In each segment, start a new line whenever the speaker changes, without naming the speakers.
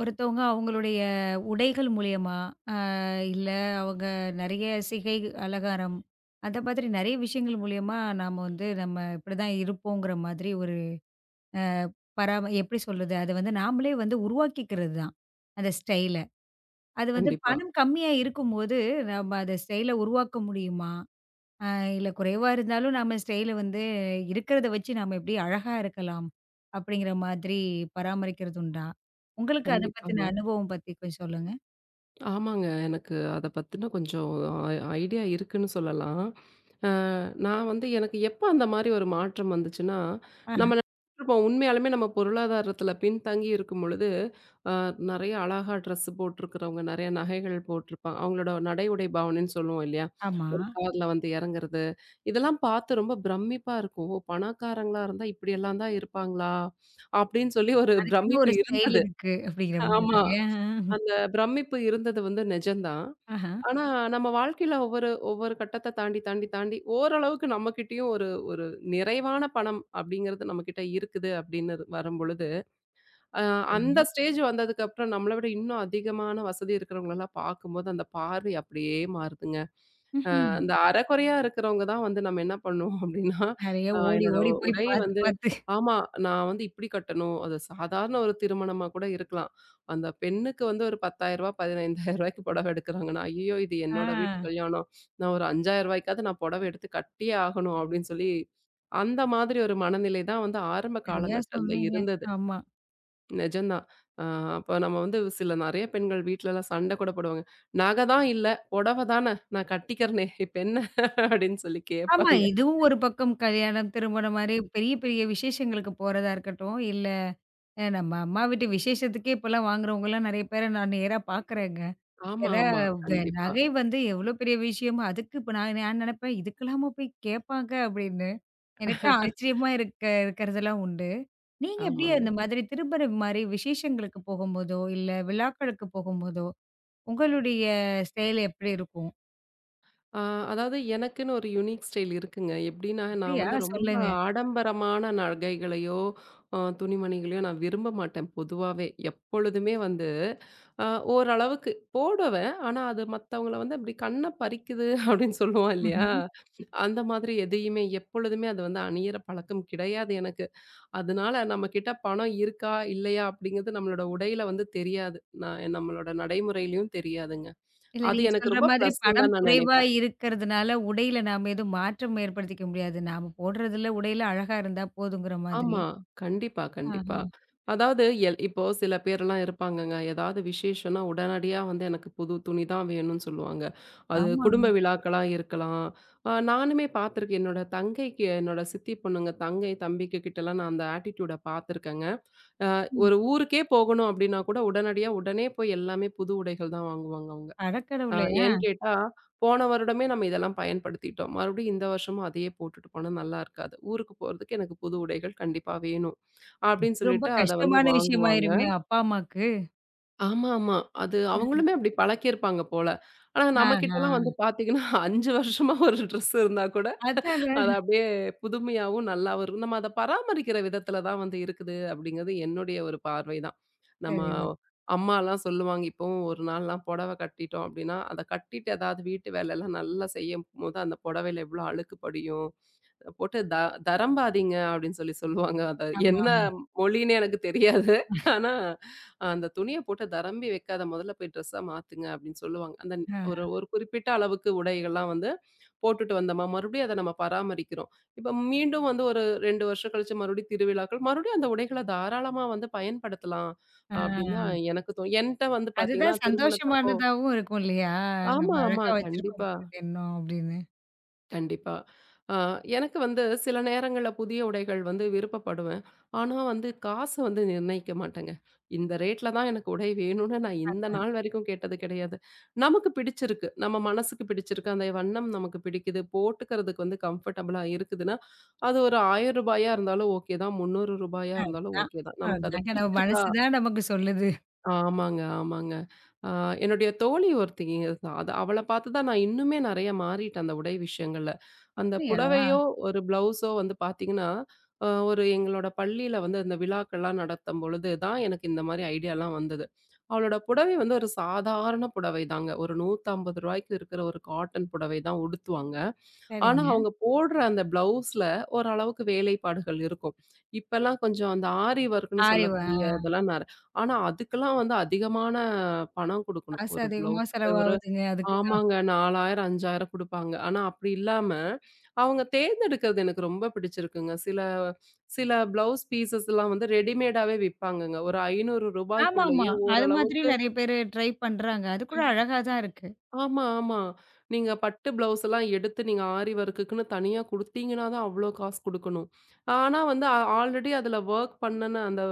ஒருத்தவங்க அவங்களுடைய உடைகள் மூலியமா, அ இல்ல அவங்க நெறைய சிகை அலங்காரம், அந்த மாதிரி நெறைய விஷயங்கள் மூலியமா நாம வந்து நம்ம இப்படிதான் இருப்போங்கிற மாதிரி ஒரு அ பராம எப்படி சொல்றது? அத வந்து நாமளே வந்து உருவாக்கிக்கிறது தான். அந்த ஸ்டைல. அது வந்து
கண்டிப்பா,
பணம் கம்மியா இருக்கும்போது, நம்ம அந்த ஸ்டைல உருவாக்க முடியுமா? இல்ல குறைவா இருந்தாலும் நம்ம ஸ்டைல வந்து இருக்கிறத வச்சு நாம எப்படி அழகா இருக்கலாம்? அப்படிங்கிற மாதிரி பராமரிக்கிறது உண்டா? உங்களுக்கு அத பத்தின
கண்டிப்பாங்க.
அனுபவம் பத்தி கொஞ்சம் சொல்லுங்க.
ஆமாங்க. எனக்கு அத பத்தின கொஞ்சம் ஐ ஐடியா இருக்குன்னு சொல்லலாம். அ நான் வந்து எனக்கு எப்ப அந்த மாரி ஒரு மாற்றம் வந்துச்சுன்னா,
ஆஹ.
நம்ம நெனச்சிட்டுருப்போம் உண்மையாலுமே நம்ம பொருளாதாரத்துல பின்தங்கி இருக்கும் பொழுது, அ நெறைய அழகா ட்ரெஸ் போட்டிருக்கிறவங்க, நெறைய நகைகள் போட்டிருப்பாங்க. அவங்களோட நடை உடை பாவனைன்னு சொல்லுவோம் இல்லையா?
ஆமா.
ஒரு கார்ல வந்து இறங்குறது. இதெல்லாம் பார்த்து ரொம்ப பிரமிப்பா இருக்கும். ஓ! பணக்காரங்களா இருந்தா இப்படியெல்லாம் தான் இருப்பாங்களா? அப்படின்னு சொல்லி ஒரு
அதுக்குன்னு
பிரமிப்பு
ஒரு ஸ்டைல்
இருந்தது.
இருக்கு அப்படிங்கிற மாரி
ஆமா.
தாங்க.
அந்த பிரமிப்பு இருந்தது வந்து நிஜம்தான்.
ஆஹா.
ஆனா, நம்ம வாழ்க்கையில ஒவ்வொரு ஒவ்வொரு கட்டத்த தாண்டி, தாண்டி, தாண்டி ஓரளவுக்கு நம்மகிட்டயும் ஒரு ஒரு நிறைவான பணம் அப்படிங்கிறது நம்மகிட்ட இருக்குது அப்படின்னு வரும்பொழுது, அ
சரிங்க.
அந்த ஸ்டேஜ் வந்ததுக்கப்புறம் நம்மள விட இன்னும் அதிகமான வசதி இருக்கிறவங்களலாம் பார்க்கும்போது, அந்த பார்வை அப்படியே மாறுதுங்க.
ம்ஹ்ம்.
இந்த அரைகுறையா இருக்கிறவங்க தான் வந்து நம்ம என்ன பண்ணுவோம் அப்படின்னா,
நெறைய ஓடி
என்னோட
ஓடி போய்
உடை
பார்த்து
வந்து
பார்த்து.
ஆமா. நான் வந்து இப்படி கட்டணும். அது சாதாரண ஒரு திருமணமா கூட இருக்கலாம். அந்த பெண்ணுக்கு வந்து ஒரு ₹10,000 ₹15,000 புடவை எடுக்கிறாங்கன்னா, ஐயய்யோ! இது
ஆ.
என்னோட வீட்டு கல்யாணம். நான் ஒரு ₹5,000 நான் புடவை எடுத்து கட்டியே ஆகணும் அப்படின்னு சொல்லி, அந்த மாதிரி ஒரு மனநிலை தான் வந்து ஆரம்ப
நெறையா
காலங்கட்டத்தில
சொன்னீங்க.
இருந்தது.
ஆமா.
நிஜம்தான். ஆ அப்ப நம்ம வந்து சில நெறைய பெண்கள் வீட்லலாம் சண்டை கூட போடுவாங்க. "நகை தான் இல்ல, புடவை தானே நான் கட்டிக்கிறனே இப்ப என்ன?" அப்படின்னு சொல்லி
ஆமா.
கேட்பாங்க.
இதுவும் ஒரு பக்கம் கல்யாணம், திருமணம் மாரி பெரிய பெரிய விசேஷங்களுக்கு போறதா இருக்கட்டும், இல்ல நம்ம அம்மா வீட்டு விசேஷத்துக்கே இப்பலாம் வாங்குறவங்கலாம் நெறைய பேர நான் நேரா பார்க்குறேங்க.
ஆமா,
ஏன்னா
ஆமா.
வ
கண்டிப்பா.
நகை வந்து எவ்வளோ பெரிய விஷயம். அதுக்கு இப்ப நான் நான் நெனைப்பேன், இதுக்கெல்லாமா போய் கேட்பாங்க அப்படின்னு. எனக்கு ஆச்சரியமா இருக்கிறதெல்லாம் உண்டு. நீங்க எப்படி
ஆமாங்க.
அந்த மாதிரி திருமணம் மாரி விசேஷங்களுக்கு போகும்போதோ, இல்ல விழாக்களுக்கு போகும்போதோ, உங்களுடைய ஸ்டைல் எப்படி இருக்கும்?
ஆ அதாவது எனக்குன்னு ஒரு யூனிக் ஸ்டைல் இருக்குங்க. எப்படின்னா, நான்
அப்படியா?
வந்து ரொம்ப
சொல்லுங்க.
ஆடம்பரமான நகைகளையோ, துணிமணிகளையோ நான் விரும்ப மாட்டேன் பொதுவாவே. எப்பொழுதுமே வந்து அ ஓரளவுக்கு போடுவேன். ஆனா அது மத்தவங்கள வந்து அப்படி கண்ண பறிக்குது அப்படின்னு சொல்லுவோம் இல்லையா?
ம்ஹ்ம்.
அந்த மாதிரி எதையுமே எப்பொழுதுமே அது வந்து அணியிற பழக்கம் கிடையாது எனக்கு. அதனால நம்ம கிட்ட பணம் இருக்கா, இல்லையா அப்படிங்கிறது நம்மளோட உடையில வந்து தெரியாது. நான் நம்மளோட நடைமுறையிலயும் தெரியாதுங்க.
இல்ல
அது
நீங்க
எனக்கு
சொல்ற
ரொம்ப
மாதிரி
ப்ளஸ்ன்னு
பணம்
தான் நான்
குறைவா
நினைப்பேன்.
இருக்கிறதுனால உடையில நாம எதுவும் மாற்றம் ஏற்படுத்திக்க முடியாது. நாம போடுறதுல உடையில அழகா இருந்தா போதுங்கிற மாதிரி.
ஆமா. கண்டிப்பா,
ஆஹா.
கண்டிப்பா. அதாவது இப்போ சில பேர்லாம் இருப்பாங்கங்க. ஏதாவது விசேஷம்னா உடனடியா வந்து எனக்கு புது துணி தான் வேணும்னு சொல்லுவாங்க. அது
ஆமாங்க.
குடும்ப விழாக்களா இருக்கலாம். நானுமே பார்த்துருக்கேன். என்னோட தங்கைக்கு என்னோட சித்தி பொண்ணுங்க தங்கை, தம்பிக்கு கிட்டலாம் நான் அந்த ஆட்டிட்யூட பார்த்துருக்கேங்க.
ம்.
ஒரு ஊருக்கே போகணும் அப்படின்னா கூட உடனடியா உடனே போய் எல்லாமே புது உடைகள் தான் வாங்குவாங்க அவங்க. அ
அடக்கடவுளே! ஆ.
ஏன்னு கேட்டா, போன வருடமே நம்ம இதெல்லாம் பயன்படுத்திட்டோம். மறுபடியும் இந்த வருஷமும் அதையே போட்டுட்டு போனா நல்லா இருக்காது. ஊருக்கு போறதுக்கு எனக்கு புது உடைகள் கண்டிப்பா வேணும். அப்படின்னு
ரொம்ப
சொல்லிட்டு அத வந்து
கஷ்டமான
வாங்குவாங்க.
விஷயமாயிருமே அப்பா, அம்மாக்கு.
ஆமா, ஆமா. அது அவங்களுமே அப்படி பழக்கியிருப்பாங்க போல. ஆனா
ஆஹா.
நம்மகிட்டலாம் வந்து பார்த்தீங்கன்னா, 5 வருஷமா ஒரு ட்ரெஸ் இருந்தா கூட
அதானே.
அது அப்படியே புதுமையாவும் நல்லாவும் இருக்கும். நம்ம அத பராமரிக்கிற விதத்தில தான் வந்து இருக்குது அப்படிங்கிறது என்னுடைய ஒரு பார்வை தான். நம்ம
சரிதான்.
அம்மாலாம் சொல்லுவாங்க, இப்பவும் ஒரு நாள்லாம் புடவ கட்டிட்டோம் அப்படின்னா, அத கட்டிட்டு ஏதாவது வீட்டு வேலைலாம் நல்லா செய்யும்போது அந்த புடவையில எவ்வளோ அழுக்கு படியும். அதை போட்டு தரம்பாதீங்க அப்படின்னு சொல்லி சொல்லுவாங்க. அத
ஆமா,
என்ன
ஆமா.
மொழின்னே எனக்கு தெரியாது. ஆனா அந்த துணிய போட்டு தரம்பி வைக்காத முதல்ல போய் ட்ரெஸ்ஸ மாத்துங்க அப்படின்னு சொல்லுவாங்க. அந்த
ஆ.
ஒரு ஒரு குறிப்பிட்ட அளவுக்கு உடைகள்லாம் வந்து போட்டுட்டு வந்தோமா, மறுபடியும் அத நம்ம பராமரிக்கிறோம். இப்ப மீண்டும் வந்து ஒரு 2 வருஷம் கழிச்சு மறுபடியும் திருவிழாக்கள், மறுபடியும் அந்த உடைகள தாராளமா வந்து பயன்படுத்தலாம். அப்படின்னு தான்
ஆ.
எனக்கு என்ட்ட வந்து பார்த்தீங்கன்னா,
அதுதான்
திருமணத்தப்போ
சந்தோஷமானதாவும் இருக்கும் இல்லையா? நம்ம
ஆமா, ஆமா.
அழகா வச்சிருக்கோம்
கண்டிப்பா.
பாருங்க இன்னும் அப்படின்னு.
கண்டிப்பா. ஆ எனக்கு வந்து சில நேரங்கள்ல புதிய உடைகள் வந்து விருப்பப்படுவேன். ஆனா வந்து காசு வந்து நிர்ணயிக்க மாட்டேங்க. இந்த ரேட்ல தான் எனக்கு உடை வேணும்னு நான் இந்த
அதான்,
நாள் வரைக்கும் கேட்டது கிடையாது. நமக்கு பிடிச்சிருக்கு. நம்ம மனசுக்கு பிடிச்சிருக்கு. அந்த வண்ணம் நமக்கு பிடிக்குது. போட்டுக்கிறதுக்கு வந்து கம்ஃபர்டபுளா இருக்குதுன்னா, அது ஒரு ₹1,000 இருந்தாலும் ஓகே தான். ₹300 இருந்தாலும்
அதான்.
ஓகே தான். நமக்கு அது
அதாங்க நம்ம
பிடிச்சிருக்கா?
மனசு தான் நமக்கு சொல்லுது.
ஆமாங்க, ஆமாங்க. அ என்னுடைய தோழி ஒருத்திங்க இருக்கா. அது அவள பார்த்து தான் நான் இன்னுமே நெறைய மாறிட்டேன் அந்த உடை விஷயங்கள்ல. அந்த
அப்படியா?
புடவையோ, ஒரு ப்ளவுஸோ வந்து பார்த்தீங்கன்னா, ஒரு எங்களோட பள்ளியில வந்து இந்த விழாக்கள்லாம் நடத்தும் பொழுது தான் எனக்கு இந்த மாரி ஐடியாலாம் வந்தது. அவளோட புடவை வந்து ஒரு சாதாரண புடவை தாங்க. ஒரு ₹150க்கு இருக்கிற ஒரு காட்டன் புடவை தான் உடுத்துவாங்க. ஆனா,
சரிங்க.
அவங்க போடுற அந்த ப்ளவுஸ்ல ஓரளவுக்கு வேலைப்பாடுகள் இருக்கும். இப்பலாம் கொஞ்சம் அந்த ஆரி ஒர்க்ன்னு
ஆய்வா
சொல்லக்கூடிய இதெல்லாம் ஆனா, அதுக்கெல்லாம் வந்து அதிகமான பணம் குடுக்கணும்.
காசு
ஒரு
அதிகமா
ப்ளவுஸுக்கு ஒரு
செலவாகுதுங்க அதுக்கு தான்.
ஆமாங்க 4,000, 5,000 குடுப்பாங்க. ஆனா, அப்படி இல்லாம, அவங்க தேர்ந்தெடுக்கிறது எனக்கு ரொம்ப பிடிச்சிருக்குங்க. சில சில ப்ளவுஸ் பீஸஸ்லாம் வந்து ரெடிமேடாவே விப்பாங்கங்க. ஒரு ரூ.
ஆமாமா.
500க்குள்ளயே
அது மாதிரி
ஓரளவுக்கு
நெறைய பேரு ட்ரை பண்றாங்க. அது கூட அழகா தான் இருக்கு.
ஆமா, ஆமா. நீங்க பட்டு ப்ளவுஸ் எல்லாம் எடுத்து நீங்க ஆரி ஒர்க்குக்குன்னு தனியா குடுத்தீங்கன்னா தான் அவ்ளோ காசு குடுக்கணும். ஆனா வந்து ஆல்ரெடி அதுல வொர்க் பண்ணுன அந்த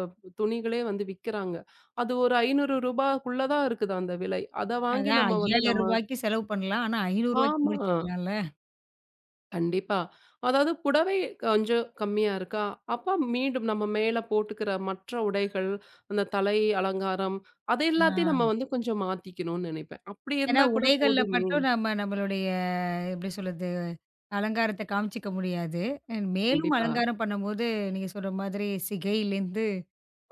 துணிகளே வந்து விக்கிறாங்க. அது ஒரு ₹500க்குள்ள தான் இருக்குது அந்த விலை. அத வாங்கி
அதான் ரூ.
நம்ம வந்து நம்ம
5000க்கு செலவு பண்ணலாம். ஆனா ரூ. 500க்கு
ஆமா.
முடிச்சிடலாம்ல.
கண்டிப்பா. அதாவது புடவை கொஞ்சம் கம்மியா இருக்கா, அப்ப மீண்டும் நம்ம மேல போட்டுக்கிற மற்ற உடைகள், அந்த தலை அலங்காரம், அது எல்லாத்தையும் நம்ம
ஆ.
வந்து கொஞ்சம் மாத்திக்கணும்னு நெனைப்பேன். அப்படி
ஏன்னா,
இருந்தா கூட
உடைகள்ல
போதுமே!
மட்டும் நம்ம நம்மளுடைய எப்படி சொல்றது? அலங்காரத்த காமிச்சுக்க முடியாது. மேலும்
கண்டிப்பா.
அலங்காரம் பண்ணும்போது, நீங்க சொல்ற மாதிரி சிகையிலேருந்து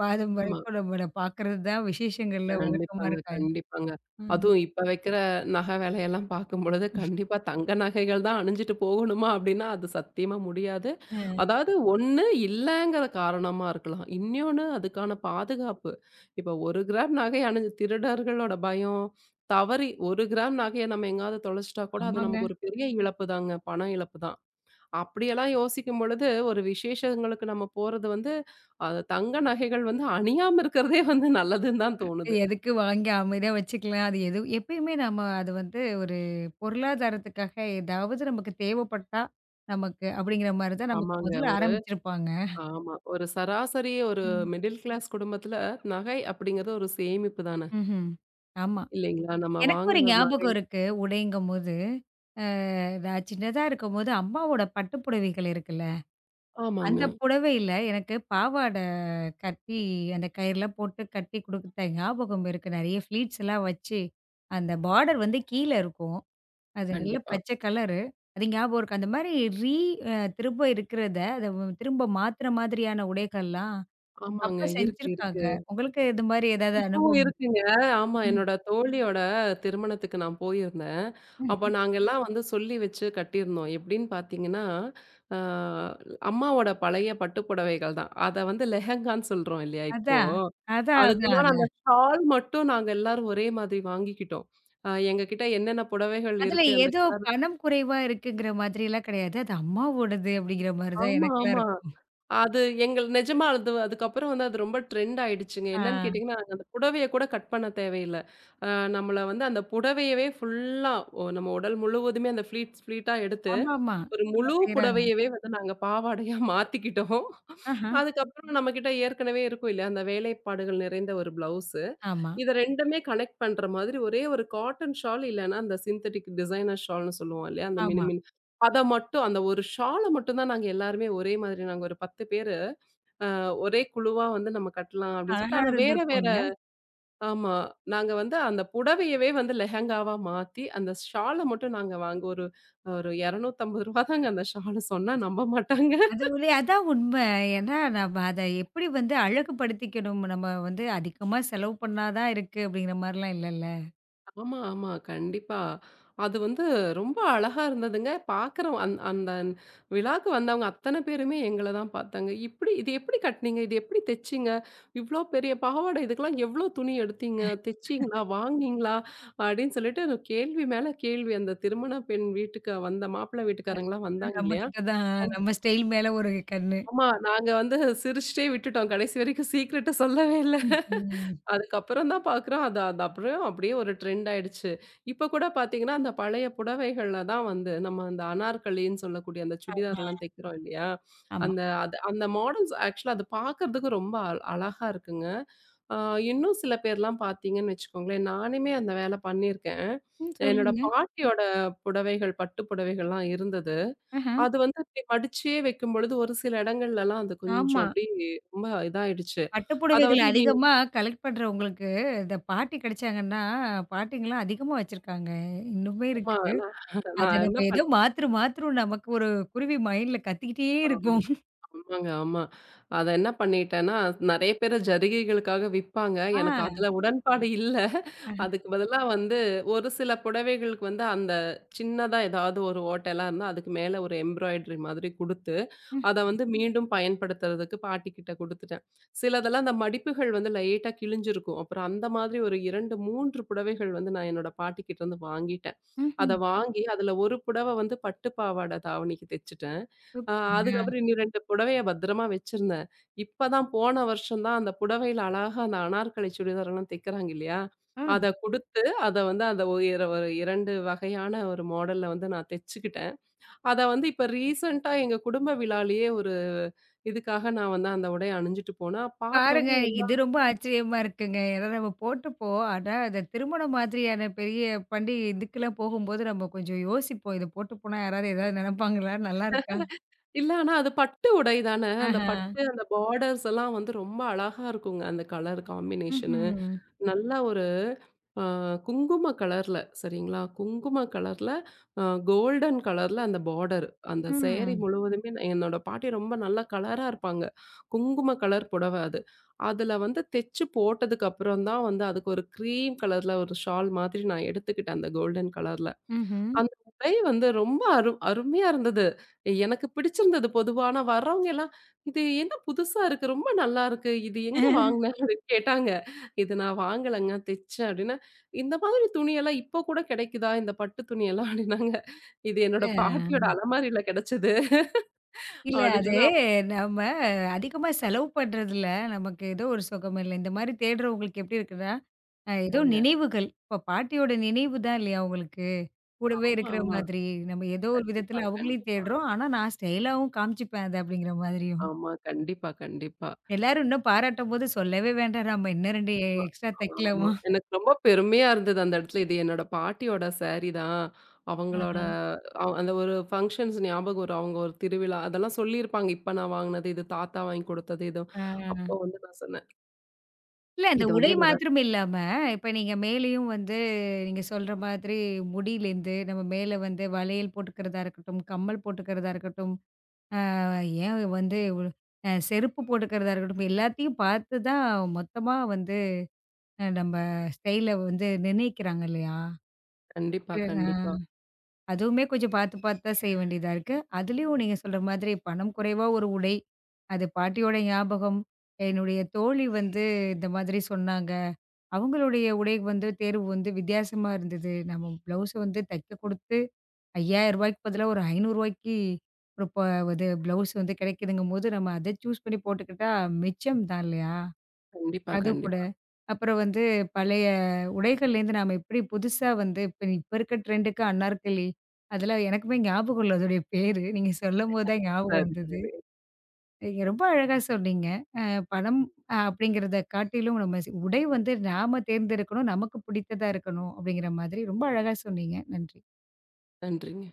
பாதம்
ஆமா.
வரைக்கும் நம்மள பார்க்கறது தான் விசேஷங்கள்ல வழக்கமா
கண்டிப்பாங்க,
இருக்கா?
கண்டிப்பாங்க.
ம்.
அதுவும் இப்ப வைக்கிற நகை விலையெல்லாம் பார்க்கும்பொழுது, கண்டிப்பா தங்க நகைகள் தான் அணிஞ்சுட்டு போகணுமா அப்படின்னா, அது சத்தியமா முடியாது.
அ
அதாவது ஒண்ணு இல்லங்கிற காரணமா இருக்கலாம். இன்னொன்னு அதுக்கான பாதுகாப்பு. இப்ப 1 கிராம் நகை அணிஞ்சு திருடர்களோட பயம், தவறி 1 கிராம் நகைய நம்ம எங்கேயாவது தொலைச்சிட்டா கூட, அது
ஆமாங்க.
நமக்கு ஒரு பெரிய இழப்பு தாங்க. பண இழப்பு தான். அப்படியெல்லாம் யோசிக்கும் பொழுது, ஒரு விசேஷங்களுக்கு நம்ம போறது வந்து, அது தங்க நகைகள் வந்து அணியாம இருக்கிறதே வந்து நல்லதுன்னு தான் தோணுது.
எதுக்கு வாங்கி அமைதியா வச்சுக்கலாம். அது எது எப்பயுமே நம்ம அது வந்து ஒரு பொருளாதாரத்துக்காக ஏதாவது நமக்கு தேவைப்பட்டா, நமக்கு அப்படிங்கிற மாரி தான் நமக்கு
ஆமாங்க.
முதல்ல
ஒரு
ஆரம்பிச்சிருப்பாங்க.
ஆமா. ஒரு சராசரி ஒரு
ம்.
மிடில் கிளாஸ் குடும்பத்துல நகை அப்படிங்கிறது ஒரு சேமிப்பு தானே!
ம்ஹ்ம். ஆமா.
இல்லைங்களா? நம்ம
எனக்கு ஒரு
வாங்குறது நகை
ஞாபகம் இருக்கு, உடைங்கும்போது. அ நான் சின்னதா இருக்கும்போது அம்மாவோட பட்டு புடவைகள் இருக்குல்ல, அந்த
ஆமாங்க.
புடவையில எனக்கு பாவாடை கட்டி அந்த கயிறுலாம் போட்டு கட்டி குடுத்த ஞாபகம் இருக்கு. நெறைய ஃப்ளீட்ஸ் எல்லாம் வச்சு, அந்த பார்டர் வந்து கீழ இருக்கும். அது நல்ல
கண்டிப்பா.
பச்சை கலரு. அது ஞாபகம் இருக்கு. அந்த மாரி ரீ அ திரும்ப இருக்கிறத, அத திரும்ப மாத்துற மாதிரியான உடைகள்லாம்
ஆமாங்க.
அப்ப
இருக்கு, இருக்கு.
செஞ்சிருக்காங்க. உங்களுக்கு இது மாரி ஏதாவது
இப்பவும்
அனுபவம்?
இருக்குங்க. ஆமா. என்னோட தோழியோட திருமணத்துக்கு நான் போயிருந்தேன். அப்ப நாங்கலாம் வந்து சொல்லி வச்சு கட்டியிருந்தோம். எப்படின்னு பார்த்தீங்கன்னா, ஆ அம்மாவோட பழைய பட்டு புடவைகள் தான். அத வந்து லெஹெங்கான்னு சொல்றோம் இல்லையா இப்போ?
அதான். அதான், அதான்,
அதுக்குண்டான அந்த
அதான்.
ஷால் மட்டும் நாங்க எல்லாரும் ஒரே மாதிரி வாங்கிக்கிட்டோம். எங்க கிட்ட என்னென்ன புடவைகள்
அதுல
இருக்கு அந்த
ஏதோ பணம் குறைவா இருக்குங்கிற மாதிரிலாம் கிடையாது. அது அம்மாவோடது அப்படிங்கிற மாரி தான்
ஆமா,
எனக்கெல்லாம்
ஆமா.
இருக்கும்.
அது எங்கள் நிஜமா அது அதுக்கப்புறம் வந்து அது ரொம்ப ட்ரெண்ட் ஆயிடுச்சுங்க.
ஆ.
என்னன்னு கேட்டீங்கன்னா, நாங்க அந்த புடவைய கூட கட் பண்ண தேவையில்ல. அ நம்மள வந்து அந்த புடவையவே ஃபுல்லா நம்ம உடல் முழுவதுமே அந்த ஃப்ளீட்ஸ் ஃப்ளீட்டா எடுத்து,
ஆமாமா.
ஒரு
ஆ
முழு
செய்றாங்க.
புடவையவே வந்து நாங்க பாவாடையா மாத்திக்கிட்டோம்.
ஆஹா.
அதுக்கப்புறம் நம்ம கிட்ட ஏற்கனவே இருக்கும் இல்லையா, அந்த வேலைப்பாடுகள் நிறைந்த ஒரு பிளவுஸ்.
ஆமா,
இத 2மே கனெக்ட் பண்ற மாதிரி ஒரே ஒரு காட்டன் ஷால் இல்லன்னா, அந்த சிந்தெடிக் டிசைனர் ஷால்ன்னு சொல்லுவோம் இல்லையா? அந்த
ஆமா.
மினுமினு அத மட்டும் அந்த ஒரு ஷால மட்டும் தான் நாங்க எல்லாருமே ஒரே மாதிரி நாங்க ஒரு 10 பேரு அ ஒரே குழுவா வந்து நம்ம கட்டலாம் அப்படின்னு சொல்லிட்டு,
அழகா
ஆனா வேற வேற
இருந்திருக்கும்ல.
ஆமா. நாங்க வந்து அந்த புடவையவே வந்து லெஹெங்காவா மாத்தி, அந்த ஷால மட்டும் நாங்க வாங்க ஒரு ஒரு ₹250 தாங்க அந்த ஷால் சொன்னா நம்ப மாட்டாங்க.
அது ஒரே அதான் உண்ம. ஏன்னா நம்ம அத எப்படி வந்து அழகுபடுத்திக்கணும். நம்ம வந்து அதிகமா செலவு பண்ணா தான் இருக்கு அப்படிங்கிற மாரிலாம் இல்லல்ல.
ஆமா, ஆமா. கண்டிப்பா. அது வந்து ரொம்ப அழகா இருந்ததுங்க. பார்க்குறோம் அந்த விழாக்கு வந்தவங்க அத்தன பேருமே எங்கள தான் பார்த்தாங்க. "இப்படி இது எப்படி கட்டுனீங்க? இது எப்படி தச்சீங்க? இவ்ளோ பெரிய பாவாடை இதுக்கெல்லாம் எவ்ளோ துணி எடுத்தீங்க? தச்சீங்களா? வாங்குனீங்களா?" அப்படின்னு சொல்லிட்டு ஒரு கேள்வி மேல கேள்வி. அந்த திருமண பெண் வீட்டுக்கு வந்த மாப்பிள்ளை வீட்டுக்காரங்கலாம்
எல்லாரும்
வந்தாங்க
நம்ம
இல்லையா?
கிட்ட தான் நம்ம ஸ்டைல் மேல ஒரு கண்ணு.
ஆமா. நாங்க வந்து சிரிச்சுட்டே விட்டுட்டோம். கடைசி வரைக்கும் சீக்ரெட்ட சொல்லவே இல்ல.
ம்ஹ்ம்.
அதுக்கப்புறம் தான் பார்க்குறோம். அது அது அப்புறம் அப்படியே ஒரு ட்ரெண்ட் ஆயிடுச்சு. இப்ப கூட பார்த்தீங்கன்னா, அந்த பழைய புடவைகள்ல தான் வந்து நம்ம அந்த அனார்கலின்னு சொல்லக்கூடிய அந்த சுடிதார்லாம் தைக்கிறோம் இல்லையா?
ஆமா.
அந்த அது அந்த மாடல்ஸ் ஆக்சுவலா அது பார்க்கறதுக்கு ரொம்ப அழகா இருக்குங்க. ஆ இன்னும் சில பேர்லாம் பார்த்தீங்கன்னு வச்சுக்கோங்களேன், நானுமே அந்த வேலை பண்ணியிருக்கேன்.
ம்.
என்னோட
சொல்லுங்க.
பாட்டியோட புடவைகள், பட்டு புடவைகள்லாம் இருந்தது.
ஆஹா.
அது வந்து இப்படி மடிச்சே வைக்கும்பொழுது, ஒரு சில இடங்கள்லலாம் அது
ஆமா.
கொஞ்சம் அப்படியே ரொம்ப இதாயிடுச்சு.
பட்டு
அத
புடவைகள்
வந்து இனி
அதிகமா கலெக்ட் பண்றவங்களுக்கு, இந்த பாட்டி கிடைச்சாங்கன்னா, பாட்டிங்கலாம் அதிகமா வச்சிருக்காங்க. இன்னுமே
ஆமா.
இருக்கு.
நான் நான்
அத
என்ன
நம்ம ஏதோ
பண்ணேன்
மாத்துரு மாத்துறோம் நமக்கு ஒரு குருவி மைண்ட்ல கத்திக்கிட்டே
ஆமா,
இருக்கும்.
ஆமாங்க, ஆமா. அத என்ன பண்ணிட்டேன்னா, நெறைய பேரு ஜரிகைகளுக்காக விப்பாங்க.
ஆ.
எனக்கு அதுல உடன்பாடு இல்ல. அதுக்கு பதிலா வந்து ஒரு சில புடவைகளுக்கு வந்து அந்த சின்னதா ஏதாவது ஒரு ஓட்டைலாம் இருந்தா, அதுக்கு மேல ஒரு எம்ப்ராய்டரி மாதிரி குடுத்து
ம்,
அத வந்து மீண்டும் பயன்படுத்துறதுக்கு பாட்டிக்கிட்ட குடுத்துட்டேன். சிலதெல்லாம் அந்த மடிப்புகள் வந்து லைட்டா கிழிஞ்சிருக்கும். அப்புறம் அந்த மாதிரி ஒரு 2, 3 புடவைகள் வந்து நான் என்னோட பாட்டிக்கிட்டருந்து வாங்கிட்டேன். அத
ம்ஹ்ம்.
வாங்கி அதுல ஒரு புடவ வந்து பட்டு பாவாட தாவணிக்கு தச்சுட்டேன். அ
சூப்பருங்க.
அதுக்கப்புறம் இன்னும் 2 புடவைய பத்திரமா வச்சிருந்தேன். இப்பதான் போன வருஷம் தான் அந்த புடவையில அழகா அந்த அனார்கலி சுடிதாரெல்லாம் தைக்கிறாங்க இல்லையா?
ஆ
அத குடுத்து, அத வந்து அந்த ஒரு 2 வகையான ஒரு மாடல்ல வந்து நான் தச்சுக்கிட்டேன். அத வந்து இப்ப ரீசென்ட்டா எங்க குடும்ப விழாலயே ஒரு இதுக்காக நான் வந்து அந்த உடைய அணிஞ்சுட்டு போனா,
பாருங்க,
பார்த்தோன்னே
இது
எல்லாம்
ரொம்ப ஆச்சரியமா இருக்குங்க. ஏன்னா நம்ம போட்டுப்போ, ஆனா அந்த திருமணம் மாதிரியான பெரிய பண்டிகை இதுக்கெல்லாம் போகும்போது நம்ம கொஞ்சம் யோசிப்போம். இத போட்டு போனா யாராவது ஏதாவது நெனப்பாங்களா? நல்லா இருக்கா?
இல்ல ஆனா அது பட்டு உடை தானே. அந்த
ஆஹா.
பட்டு அந்த பார்டர்ஸ் எல்லாம் வந்து ரொம்ப அழகா இருக்குங்க. அந்த கலர் காம்பினேஷனு.
ம்ஹ்ம்.
நல்லா ஒரு ஆ குங்கும கலர்ல சரிங்களா? குங்கும கலர்ல கோல்டன் கலர்ல அந்த பார்டர். அந்த சேரி
ம்.
முழுவதுமே நான்- என்னோட பாட்டி ரொம்ப நல்லா கலரா இருப்பாங்க. குங்கும கலர் புடவ அது. அதுல வந்து தெச்சு போட்டதுக்கு அப்புறம் தான் வந்து அதுக்கு ஒரு க்ரீம் கலர்ல ஒரு ஷால் மாதிரி நான் எடுத்துக்கிட்டேன் அந்த கோல்டன் கலர்ல.
ம்ஹ்ம்.
அந்த உடை வந்து ரொம்ப அருமையா இருந்தது. எனக்கு பிடிச்சிருந்தது பொதுவா. ஆனா வர்றவங்க எல்லாம், "இது என்ன புதுசா இருக்கு. ரொம்ப நல்லா இருக்கு. இது எங்க வாங்குன?" அப்படின்னு கேட்டாங்க. "இது நான் வாங்கலங்க. தெச்சேன்" அப்படின்னேன். "இந்த மாதிரி துணியெல்லாம் இப்போ கூட கிடைக்குதா? இந்த பட்டு துணியெல்லாம்?" அப்படின்னாங்க. "இது என்னோட
இல்ல.
பாட்டியோட அலமாரியில கிடைச்சது"
இல்ல
அப்படின்னு
அது
சொன்னா,
நம்ம அதிகமா செலவு பண்றதுல நமக்கு ஏதோ ஒரு சுகம் இல்ல. இந்த மாரி தேடுறவங்களுக்கு எப்படி இருக்குன்னா, ஏதோ
ஆமாங்க.
நினைவுகள். இப்ப பாட்டியோட நினைவு தான் இல்லையா உங்களுக்கு? கூடவே
ஆமா,
இருக்கிற
ஆமா.
மாதிரி. நம்ம ஏதோ ஒரு
கண்டிப்பா,
விதத்துல அவங்களையும்
கண்டிப்பா.
தேடுறோம். ஆனா நான் ஸ்டைலாவும் காமிச்சுப்பேன் அது அப்படிங்கிற மாதிரியும்.
ஆமா. கண்டிப்பா, கண்டிப்பா.
எல்லாரும் இன்னும் பாராட்டும்போது சொல்லவே வேண்டாம். நம்ம இன்னும் 2
ஆமா,
எக்ஸ்ட்ரா
ஆமா.
தைக்கலாமா?
எனக்கு ரொம்ப பெருமையா இருந்தது அந்த இடத்துல. இது என்னோட பாட்டியோட சாரி தான். அவங்களோட
ஆஹா.
அந்த ஒரு ஃபங்ஷன்ஸ் ஞாபகம் வரும். அவங்க ஒரு திருவிழா அதெல்லாம் சொல்லியிருப்பாங்க. இப்ப நான் வாங்குனது இது, தாத்தா வாங்கி கொடுத்தது இது.
ஆ.
அப்போ வந்து நான் சொன்னேன்.
இல்ல அந்த
இது
உடை
வந்து என்னோட
மாத்திரம் இல்லாம, இப்ப நீங்க மேலேயும் வந்து நீங்க சொல்ற மாதிரி முடியிலேருந்து நம்ம மேல வந்து வளையல் போட்டுக்கிறதா இருக்கட்டும், கம்மல் போட்டுக்கிறதா இருக்கட்டும், அ ஏன் வந்து செருப்பு போட்டுக்கிறதா இருக்கட்டும், எல்லாத்தையும் பார்த்து தான் மொத்தமா வந்து நம்ம ஸ்டைல வந்து நிர்ணயிக்கிறாங்க இல்லையா?
கண்டிப்பா, கண்டிப்பா,
அதுவுமே கொஞ்சம் பார்த்து பார்த்து தான் செய்ய வேண்டியதா இருக்கு. அதுலயும் நீங்க சொல்ற மாதிரி பணம் குறைவா ஒரு உடை, அது பாட்டியோட ஞாபகம். என்னுடைய தோழி வந்து இந்த மாதிரி சொன்னாங்க. அவங்களுடைய உடை வந்து தேர்வு வந்து வித்தியாசமா இருந்தது. நம்ம ப்ளவுஸ வந்து தைக்க குடுத்து ரூ. 5000க்கு பதிலா ஒரு ரூ. 500க்கு ஒரு ப இது ப்ளவுஸ் வந்து கிடைக்குதுங்கும்போது, நம்ம அத சூஸ் பண்ணி போட்டுக்கிட்டா மிச்சம் தான் இல்லையா?
கண்டிப்பா,
அது கூட
கண்டிப்பா.
அப்புறம் வந்து பழைய உடைகள்லேருந்து நாம எப்படி புதுசா வந்து இப்ப இப்ப இருக்க ட்ரெண்டுக்கு அன்னார்கலி, அதெல்லாம் எனக்குமே ஞாபகம் இல்ல அதோடைய பேரு. நீங்க சொல்லும்போது தான் ஞாபகம்
சரி,
வந்தது.
சரி.
நீங்க ரொம்ப அழகா சொன்னீங்க. அ பணம் அப்படிங்கிறத காட்டிலும் நம்ம உடை வந்து நாம தேர்ந்தெடுக்கணும், நமக்கு பிடித்ததா இருக்கணும் அப்படிங்கிற மாதிரி ரொம்ப அழகா சொன்னீங்க. நன்றி.
நன்றிங்க.